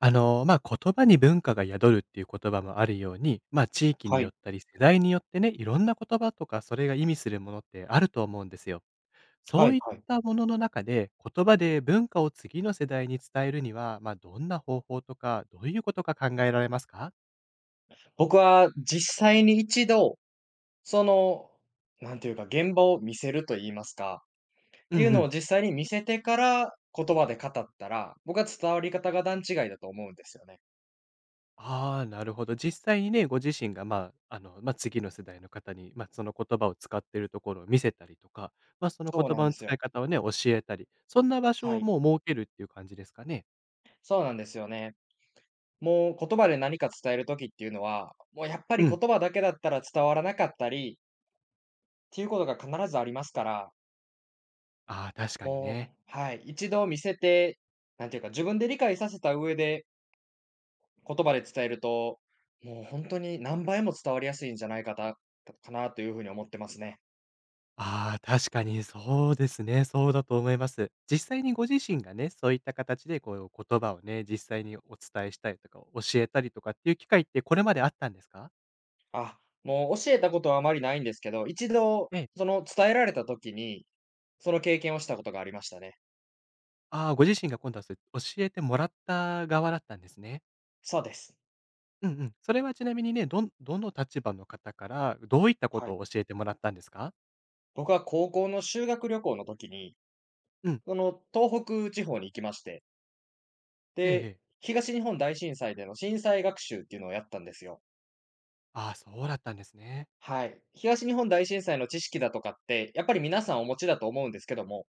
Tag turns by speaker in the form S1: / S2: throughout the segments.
S1: 言葉に文化が宿るっていう言葉もあるように、地域に
S2: は
S1: よっ
S2: い。
S1: たり、世代によってね、いろんな言葉とか、それが意味するものってあると思うんですよ。そ
S2: は
S1: う
S2: い
S1: いっ
S2: はい。
S1: たものの中で、言葉で文化を次の世代に伝えるには、どんな方法とか、どういうことが考えられますか？
S2: 僕は実際に一度、その、なんていうか、現場を見せると言いますか、っ
S1: う
S2: てい
S1: ん
S2: う
S1: う
S2: の
S1: ん。
S2: を実際に見せてから、言葉で語ったら、僕は伝わり方が段違いだと思うんですよね。
S1: ああ、なるほど。実際にね、ご自身が、次の世代の方に、その言葉を使っているところを見せたりとか、その
S2: そう
S1: 言
S2: な
S1: 葉
S2: ん
S1: の
S2: です
S1: 使い
S2: よ。
S1: 方をね、教えたり、そんな場所
S2: は
S1: を
S2: い。
S1: もう設けるっていう感じですかね？
S2: そうなんですよね。もう言葉で何か伝える時っていうのは、もうやっぱり
S1: う
S2: 言
S1: ん。
S2: 葉だけだったら伝わらなかったり、っていうことが必ずありますから、
S1: ああ、確かに
S2: も
S1: ね。
S2: う、はい、一度見せて、なんていうか、自分で理解させた上で言葉で伝えると、もう本当に何倍も伝わりやすいんじゃないかなというふうに思ってますね。
S1: ああ、確かにそうですね。そうだと思います。実際にご自身がね、そういった形でこう言葉をね、実際にお伝えしたりとか、教えたりとかっていう機会ってこれまであったんですか？
S2: あ、もう教えたことはあまりないんですけど、一度
S1: ええ。
S2: その伝えられた時に、その経験をしたことがありましたね。
S1: ああ、ご自身が今度はそう教えてもらった側だったんですね。
S2: そうです。
S1: うんうん。それはちなみにね、どんどの立場の方から、どういったこ
S2: は
S1: と
S2: い。
S1: を教えてもらったんですか？
S2: 僕は高校の修学旅行の時に、
S1: うん。
S2: その東北地方に行きまして、
S1: えええ
S2: で、
S1: え。
S2: 東日本大震災での震災学習っていうのをやったんですよ。
S1: ああ、そうだったんですね。
S2: はい。東日本大震災の知識だとかって、やっぱり皆さんお持ちだと思うんですけども、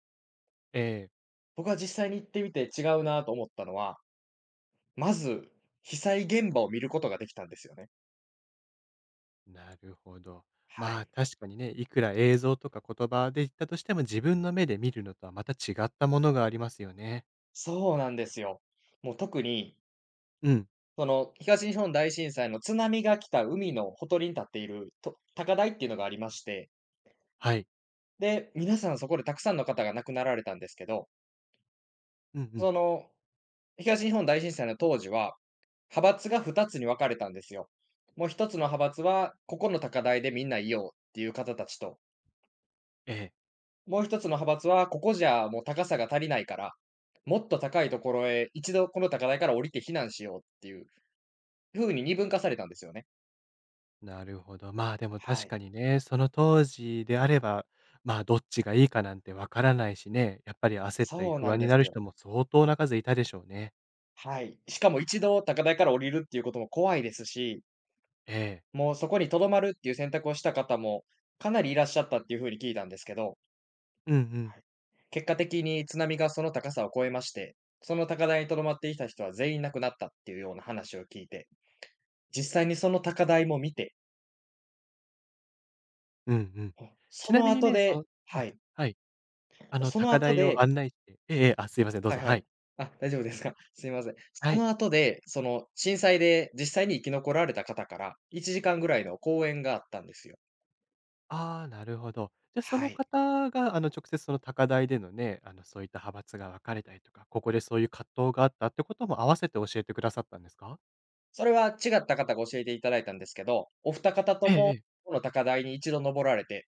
S1: ええ。
S2: 僕は実際に行ってみて違うなと思ったのは、まず、被災現場を見ることができたんですよね。
S1: なるほど。
S2: は
S1: まあ、
S2: い。
S1: 確かにね、いくら映像とか言葉で言ったとしても、自分の目で見るのとはまた違ったものがありますよね。
S2: そうなんですよ。もう特に、
S1: うん、
S2: その、東日本大震災の津波が来た海のほとりに立っている、と高台っていうのがありまして、
S1: はい。
S2: で、皆さんそこでたくさんの方が亡くなられたんですけど、
S1: うんうん。
S2: その、東日本大震災の当時は、派閥が2つに分かれたんですよ。もう1つの派閥は、ここの高台でみんないようっていう方たちと、
S1: ええ、
S2: もう一つの派閥は、ここじゃもう高さが足りないから、もっと高いところへ一度この高台から降りて避難しようっていう風に二分化されたんですよね。
S1: なるほど。まあ、でも
S2: は
S1: 確
S2: い。
S1: かにね、その当時であれば、まあ、どっちがいいかなんてわからないしね、やっぱり焦ったり
S2: そう
S1: 不
S2: な
S1: 安
S2: ん
S1: に
S2: で
S1: な
S2: す
S1: る
S2: よ。
S1: 人も相当な数いたでしょうね。
S2: はい。しかも一度高台から降りるっていうことも怖いですし、
S1: ええ。
S2: もうそこに留まるっていう選択をした方もかなりいらっしゃったっていう風に聞いたんですけど、
S1: うんうん。
S2: はい、結果的に津波がその高さを超えまして、その高台に留まっていた人は全員亡くなったっていうような話を聞いて、実際にその高台も見て、
S1: うんうん。
S2: あ、
S1: ち
S2: そ
S1: な
S2: の
S1: みに
S2: 後
S1: ね、そ
S2: で
S1: の、うん、
S2: はい。
S1: はい。
S2: その
S1: 高
S2: 後
S1: 台を
S2: で
S1: 案内してええええ、あ、すいません、どう
S2: は
S1: ぞ、
S2: いは
S1: は
S2: い。
S1: い。
S2: あ、大丈夫ですか。すいません。
S1: は
S2: そ
S1: い。
S2: の後で、その震災で実際に生き残られた方から、1時間ぐらいの講演があったんですよ。
S1: ああ、なるほど。じゃあ、そ
S2: は
S1: の
S2: い。
S1: 方が、直接その高台でのね、そういった派閥が分かれたりとか、ここでそういう葛藤があったってことも合わせて教えてくださったんですか？
S2: それは違った方が教えていただいたんですけど、お二方と
S1: えええ
S2: も
S1: え。
S2: この高台に一度登られて、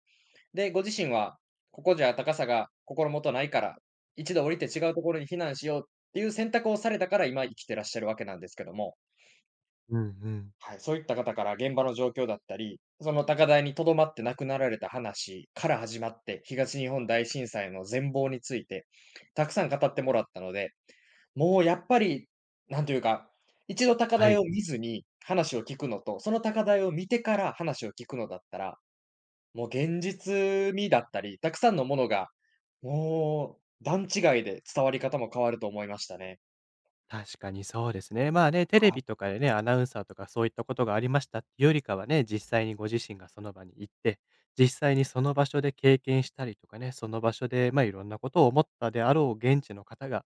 S2: で、ご自身はここじゃ高さが心もとないから、一度降りて違うところに避難しようっていう選択をされたから、今生きてらっしゃるわけなんですけども、
S1: うんうん。
S2: はい、そういった方から現場の状況だったり、その高台に留まって亡くなられた話から始まって、東日本大震災の全貌について、たくさん語ってもらったので、もうやっぱり、なんというか、一度高
S1: は
S2: 台
S1: い。
S2: を見ずに話を聞くのと、その高台を見てから話を聞くのだったら、もう現実味だったり、たくさんのものが、もう段違いで伝わり方も変わると思いましたね。
S1: 確かにそうですね。まあね、テレビ
S2: あ、
S1: とかでね、アナウンサーとかそういったことがありましたっていうよりかはね、実際にご自身がその場に行って、実際にその場所で経験したりとかね、その場所で、まあいろんなことを思ったであろう現地の方が、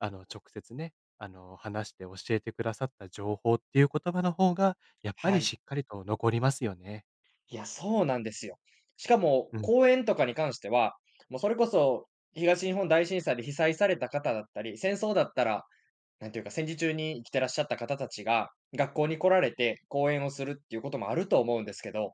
S1: 直接ね、話して教えてくださった情報っていう言葉の方が、やっぱ
S2: は
S1: り
S2: い。
S1: しっかりと残りますよね。
S2: いや、そうなんですよ。しかも
S1: うん。
S2: 公園とかに関しては、もうそれこそ東日本大震災で被災された方だったり、戦争だったら、なんていうか、戦時中に生きてらっしゃった方たちが、学校に来られて講演をするっていうこともあると思うんですけど、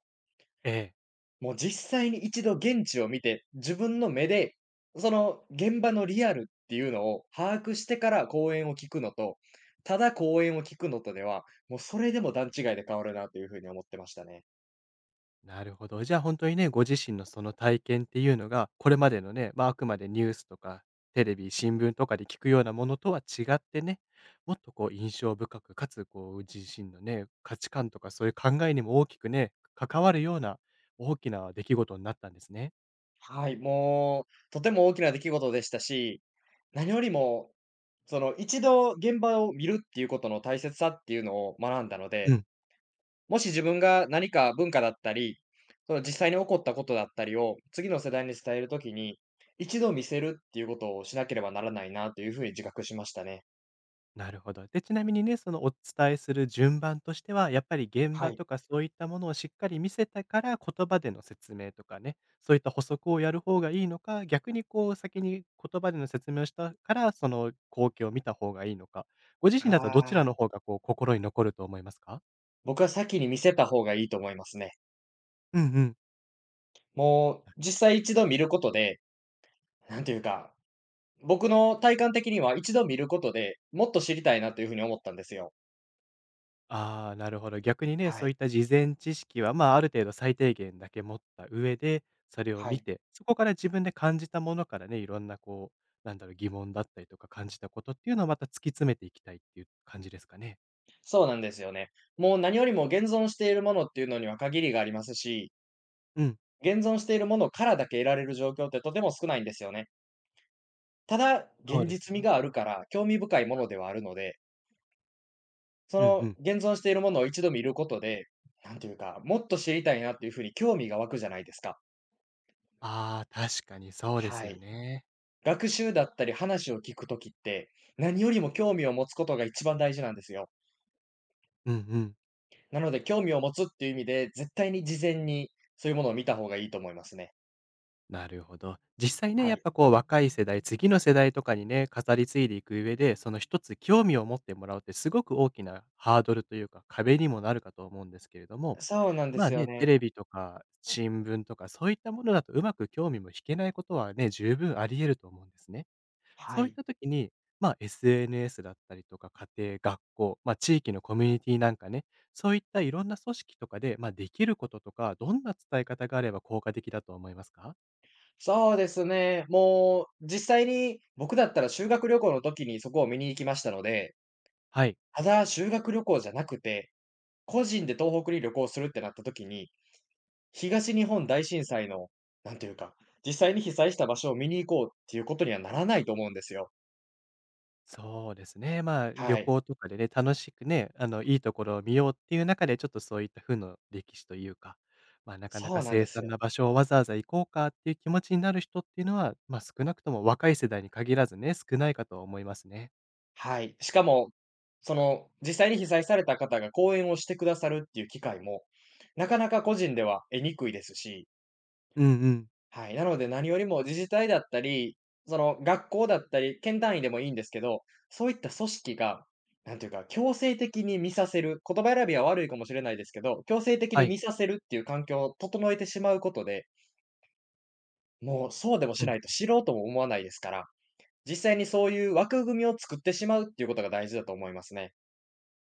S1: ええ。
S2: もう実際に一度現地を見て、自分の目で、その現場のリアルっていうのを把握してから講演を聞くのと、ただ講演を聞くのとでは、もうそれでも段違いで変わるなというふうに思ってましたね。
S1: なるほど。じゃあ本当にね、ご自身のその体験っていうのが、これまでのね、まあ、あくまでニュースとか、テレビ、新聞とかで聞くようなものとは違ってね、もっとこう印象深く、かつこう自身のね、価値観とかそういう考えにも大きくね、関わるような大きな出来事になったんですね。
S2: はい、もう、とても大きな出来事でしたし、何よりも、その一度現場を見るっていうことの大切さっていうのを学んだの
S1: う
S2: で、
S1: ん。
S2: もし自分が何か文化だったり、その実際に起こったことだったりを次の世代に伝えるときに、一度見せるっていうことをしなければならないなというふうに自覚しましたね。
S1: なるほど。で、ちなみにね、そのお伝えする順番としては、やっぱり現
S2: は
S1: 場
S2: い。
S1: とかそういったものをしっかり見せてから、言葉での説明とかね、そういった補足をやる方がいいのか、逆にこう先に言葉での説明をしたから、その光景を見た方がいいのか、ご自身
S2: あ
S1: だったらどちらの
S2: あ、
S1: 方がこう心に残ると思いますか？
S2: 僕は先に見せた方がいいと思いますね。
S1: うんうん。
S2: もう実際一度見ることで、なんていうか、僕の体感的には一度見ることで、もっと知りたいなというふうに思ったんですよ。
S1: ああ、なるほど。逆にね、
S2: は
S1: そうい
S2: い。
S1: った事前知識は、まあ、ある程度最低限だけ持った上で、それを
S2: は
S1: 見
S2: い。
S1: て、そこから自分で感じたものからね、いろんなこう、なんだろう、疑問だったりとか感じたことっていうのをまた突き詰めていきたいっていう感じですかね。
S2: そうなんですよね。もう何よりも現存しているものっていうのには限りがありますし、
S1: うん、
S2: 現存しているものからだけ得られる状況ってとても少ないんですよね。ただ、
S1: そう
S2: 現
S1: です
S2: 実味
S1: ね。
S2: があ
S1: う
S2: る
S1: ん、
S2: から興味深いものではあるので、そ
S1: うんう
S2: の
S1: ん。
S2: 現存しているものを一度見ることで、なんていうか、もっと知りたいなっていうふうに興味が湧くじゃないですか。
S1: ああ、確かにそうです
S2: は
S1: よ
S2: い。
S1: ね。
S2: 学習だったり話を聞くときって、何よりも興味を持つことが一番大事なんですよ。
S1: うんうん。
S2: なので、興味を持つっていう意味で、絶対に事前にそういうものを見た方がいいと思いますね。
S1: なるほど。実際ね、
S2: は
S1: やっ
S2: い。
S1: ぱこう若い世代、次の世代とかにね、語り継いでいく上で、その一つ興味を持ってもらうってすごく大きなハードルというか壁にもなるかと思うんですけれども、
S2: そうなんで
S1: まあ
S2: すよ
S1: ね、テ
S2: ね。
S1: レビとか新聞とかそういったものだとうまく興味も引けないことはね、十分あり得ると思うんですね。
S2: は
S1: そういっ
S2: い。
S1: た時に、まあ SNS だったりとか家庭、学校、まあ地域のコミュニティなんかね、そういったいろんな組織とかで、まあできることとか、どんな伝え方があれば効果的だと思いますか。
S2: そうですね。もう実際に僕だったら修学旅行の時にそこを見に行きましたので、
S1: はい。
S2: ただ修学旅行じゃなくて、個人で東北に旅行するってなった時に、東日本大震災の、なんていうか、実際に被災した場所を見に行こうっていうことにはならないと思うんですよ。
S1: そうですね。まあ、旅
S2: はい。
S1: 行とかでね、楽しくね、いいところを見ようっていう中で、ちょっとそういった負の歴史というか、まあ、なかな
S2: そ
S1: か
S2: うなん
S1: 凄
S2: です
S1: 惨
S2: よ。
S1: な場所をわざわざ行こうかっていう気持ちになる人っていうのは、まあ、少なくとも若い世代に限らずね、少ないかとは思いますね。
S2: はい。しかも、その、実際に被災された方が講演をしてくださるっていう機会も、なかなか個人では得にくいですし、
S1: うんうん。
S2: はい。なので何よりも自治体だったり、その学校だったり、県単位でもいいんですけど、そういった組織が、なんていうか、強制的に見させる、言葉選びは悪いかもしれないですけど、強制的
S1: は
S2: に
S1: い。
S2: 見させるっていう環境を整えてしまうことで、もうそうでも
S1: う
S2: し
S1: ん。
S2: ないと知ろうとも思わないですから、実際にそういう枠組みを作ってしまうっていうことが大事だと思いますね。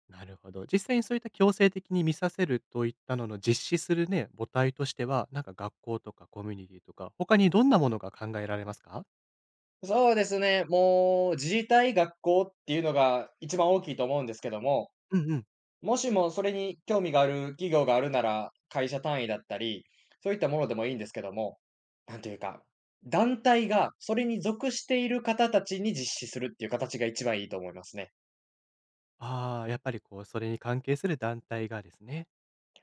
S1: なるほど。実際にそういった強制的に見させるといったのの実施するね、母体としては、なんか学校とかコミュニティとか、他にどんなものが考えられますか？
S2: そうですね、もう自治体、学校っていうのが一番大きいと思うんですけども、
S1: うんうん。
S2: もしもそれに興味がある企業があるなら、会社単位だったり、そういったものでもいいんですけども、なんていうか、団体がそれに属している方たちに実施するっていう形が一番いいと思いますね。
S1: ああ、やっぱりこう、それに関係する団体がですね。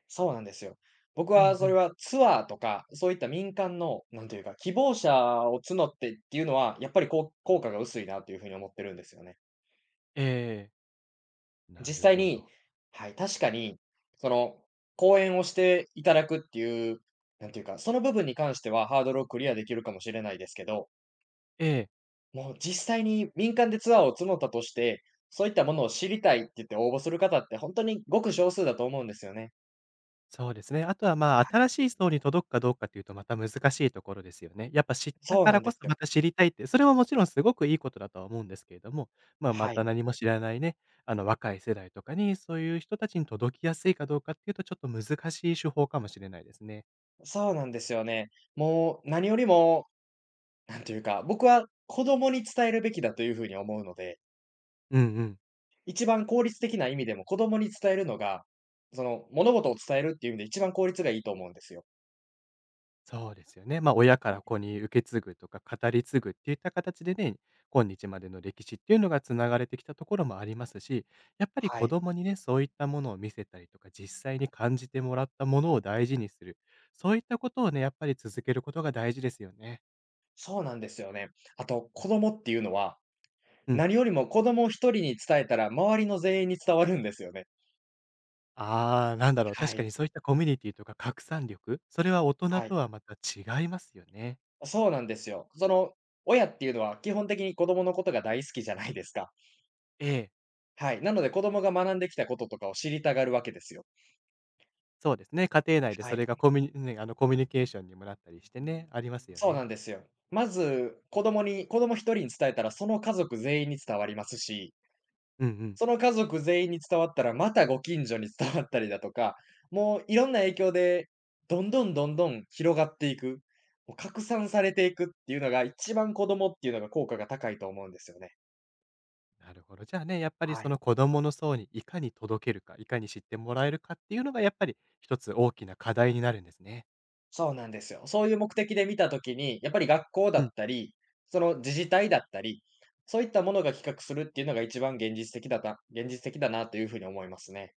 S2: そうなんですよ。僕
S1: うん
S2: は
S1: う
S2: それ
S1: ん。
S2: はツアーとか、そういった民間の、なんていうか、希望者を募ってっていうのは、やっぱりこう効果が薄いなというふうに思ってるんですよね。
S1: ええ。な
S2: 実
S1: る
S2: 際
S1: ほ
S2: に、
S1: ど。
S2: はい、確かに、その、講演をしていただくっていう、なんていうか、その部分に関してはハードルをクリアできるかもしれないですけど、
S1: ええ、
S2: もう実際に民間でツアーを募ったとして、そういったものを知りたいって言って応募する方って本当にごく少数だと思うんですよね。
S1: そうですね。あとは、まあ、新しい層に届くかどうかっていうとまた難しいところですよね。やっぱ知った
S2: そう
S1: か
S2: な
S1: ら
S2: ん
S1: こ
S2: です
S1: そ
S2: よ。
S1: また知りたいって、それはもちろんすごくいいことだとは思うんですけれども、まあ、ま
S2: は
S1: た
S2: い。
S1: 何も知らないね、若い世代とかに、そういう人たちに届きやすいかどうかっていうと、ちょっと難しい手法かもしれないですね。
S2: そうなんですよね。もう何よりも、なんていうか、僕は子供に伝えるべきだというふうに思うので、
S1: うんうん。
S2: 一番効率的な意味でも、子供に伝えるのが、物事を伝えるっていう意味で一番効率がいいと思うんですよ。
S1: そうですよね。まあ、親から子に受け継ぐとか語り継ぐっていった形でね、今日までの歴史っていうのがつながれてきたところもありますし、やっぱり
S2: は
S1: 子
S2: い。
S1: 供にね、そういったものを見せたりとか、実際に感じてもらったものを大事にする、そういったことをね、やっぱり続けることが大事ですよね。
S2: そうなんですよね。あと、子供っていうのは、
S1: うん。
S2: 何よりも子供一人に伝えたら、周りの全員に伝わるんですよね。
S1: ああ、なんだろう、
S2: は
S1: 確か
S2: い、
S1: にそういったコミュニティとか拡散力、それは大人
S2: は
S1: と
S2: い。
S1: はまた違いますよね。
S2: そうなんですよ。その、親っていうのは基本的に子供のことが大好きじゃないですか。
S1: ええ、
S2: はい。なので、子供が学んできたこととかを知りたがるわけですよ。
S1: そうですね。家庭内で
S2: は
S1: それ
S2: い。
S1: がコミュニね、コミュニケーションにもなったりしてね、ありますよ
S2: そう
S1: ね。
S2: なんですよ。まず、子供一人に伝えたら、その家族全員に伝わりますし、
S1: うんうん。
S2: その家族全員に伝わったら、またご近所に伝わったりだとか、もういろんな影響で、どんどんどんどん広がっていく、もう拡散されていくっていうのが、一番子供っていうのが効果が高いと思うんですよね。
S1: なるほど。じゃあね、やっぱり
S2: は
S1: そ
S2: い。
S1: の子供の層にいかに届けるか、いかに知ってもらえるかっていうのがやっぱり一つ大きな課題になるんですね。
S2: そうなんですよ。そういう目的で見たときに、やっぱり学校
S1: う
S2: だっ
S1: ん。
S2: たり、その自治体だったり、そういったものが企画するっていうのが一番現実的だなというふうに思いますね。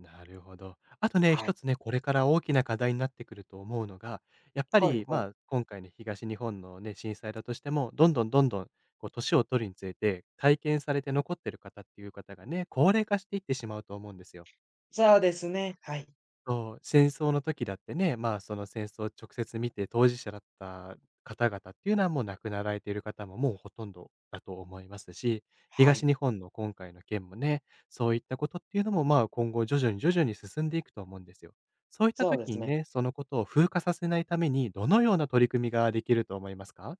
S1: なるほど。あとね、
S2: は
S1: 一
S2: い。
S1: つね、これから大きな課題になってくると思うのが、やっぱ
S2: はい
S1: り、
S2: は
S1: まあ、
S2: い。
S1: 今回の東日本のね、震災だとしても、どんどんどんどん、こう、年を取るにつれて、体験されて残ってる方っていう方がね、高齢化していってしまうと思うんですよ。
S2: そうですね。はい。
S1: そう、戦争の時だってね、まあ、その戦争を直接見て当事者だった方々っていうのはもう亡くなられている方ももうほとんどだと思いますし、
S2: は
S1: 東
S2: い。
S1: 日本の今回の件もね、そういったことっていうのもまあ今後徐々に徐々に進んでいくと思うんですよ。そういった
S2: そうで
S1: 時に
S2: すね。
S1: ね、そのことを風化させないためにどのような取り組みができると思いますか。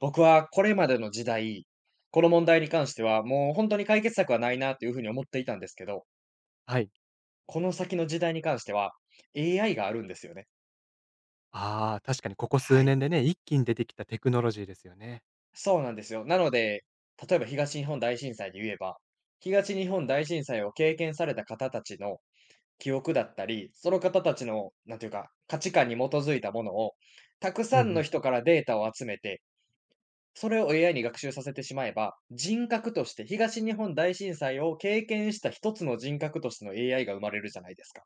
S2: 僕はこれまでの時代、この問題に関しては、もう本当に解決策はないなというふうに思っていたんですけど、
S1: はい。
S2: この先の時代に関しては、AI があるんですよね。
S1: ああ、確かにここ数
S2: はい。
S1: 年でね、一気に出てきたテクノロジーですよね。
S2: そうなんですよ。なので、例えば東日本大震災で言えば、東日本大震災を経験された方たちの記憶だったり、その方たちの、なんていうか、価値観に基づいたものを、たく
S1: うん
S2: さ
S1: う
S2: んの
S1: ん。
S2: 人からデータを集めて、それを AI に学習させてしまえば、人格として東日本大震災を経験した一つの人格としての AI が生まれるじゃないですか。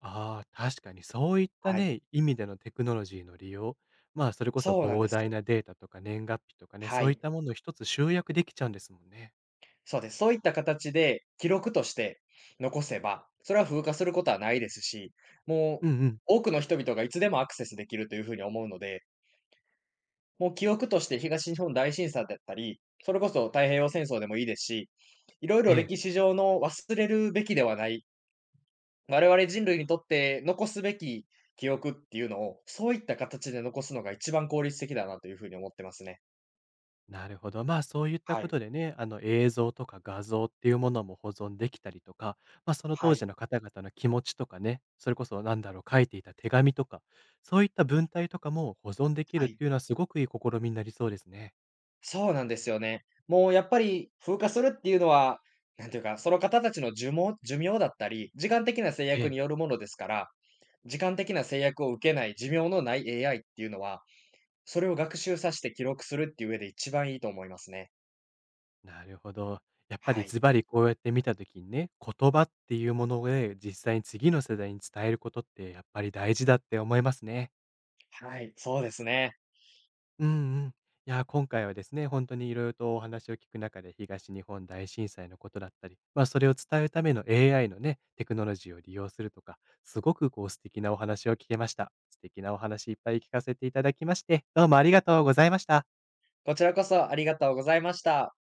S1: ああ、確かにそういった
S2: はい。
S1: ね、意味でのテクノロジーの利用、まあ、それこそ
S2: そうなん
S1: 膨
S2: です
S1: 大
S2: よ。
S1: なデータとか年月日とかね、
S2: は
S1: そういっ
S2: い。
S1: たものを一つ集約できちゃうんですもんね。
S2: そうです。そういった形で記録として残せば、それは風化することはないですし、も
S1: うん
S2: う
S1: うん。
S2: 多くの人々がいつでもアクセスできるというふうに思うので、もう記憶として東日本大震災だったり、それこそ太平洋戦争でもいいですし、いろい
S1: え
S2: ろ
S1: え、
S2: 歴史上の忘れるべきではない、我々人類にとって残すべき記憶っていうのを、そういった形で残すのが一番効率的だなというふうに思ってますね。
S1: なるほど。まあ、そういった
S2: は
S1: こ
S2: い、
S1: とでね、映像とか画像っていうものも保存できたりとか、まあ、その
S2: は
S1: 当時
S2: い、
S1: の方々の気持ちとかね、それこそなんだろう、書いていた手紙とか、そういった文体とかも保存できる
S2: は
S1: っ
S2: い。
S1: ていうのはすごくいい試みになりそうですね。
S2: そうなんですよね。もうやっぱり風化するっていうのは、なんていうか、その方たちの寿命だったり、時間的な制
S1: え
S2: 約
S1: え。
S2: によるものですから、時間的な制約を受けない寿命のない AI っていうのは、それを学習させて記録するっていう上で一番いいと思いますね。
S1: なるほど。やっぱ
S2: は
S1: り
S2: い、
S1: ズバリこうやって見たときにね、言葉っていうもので実際に次の世代に伝えることってやっぱり大事だって思いますね。
S2: はい。そうですね。
S1: うんうん。いやー、今回はですね、本当にいに色々とお話を聞く中で東日本大震災のことだったり、まあ、それを伝えるための AI のね、テクノロジーを利用するとか、すごくこう素敵なお話を聞けました。素敵なお話いっぱい聞かせていただきまして、どうもありがとうございました。
S2: こちらこそありがとうございました。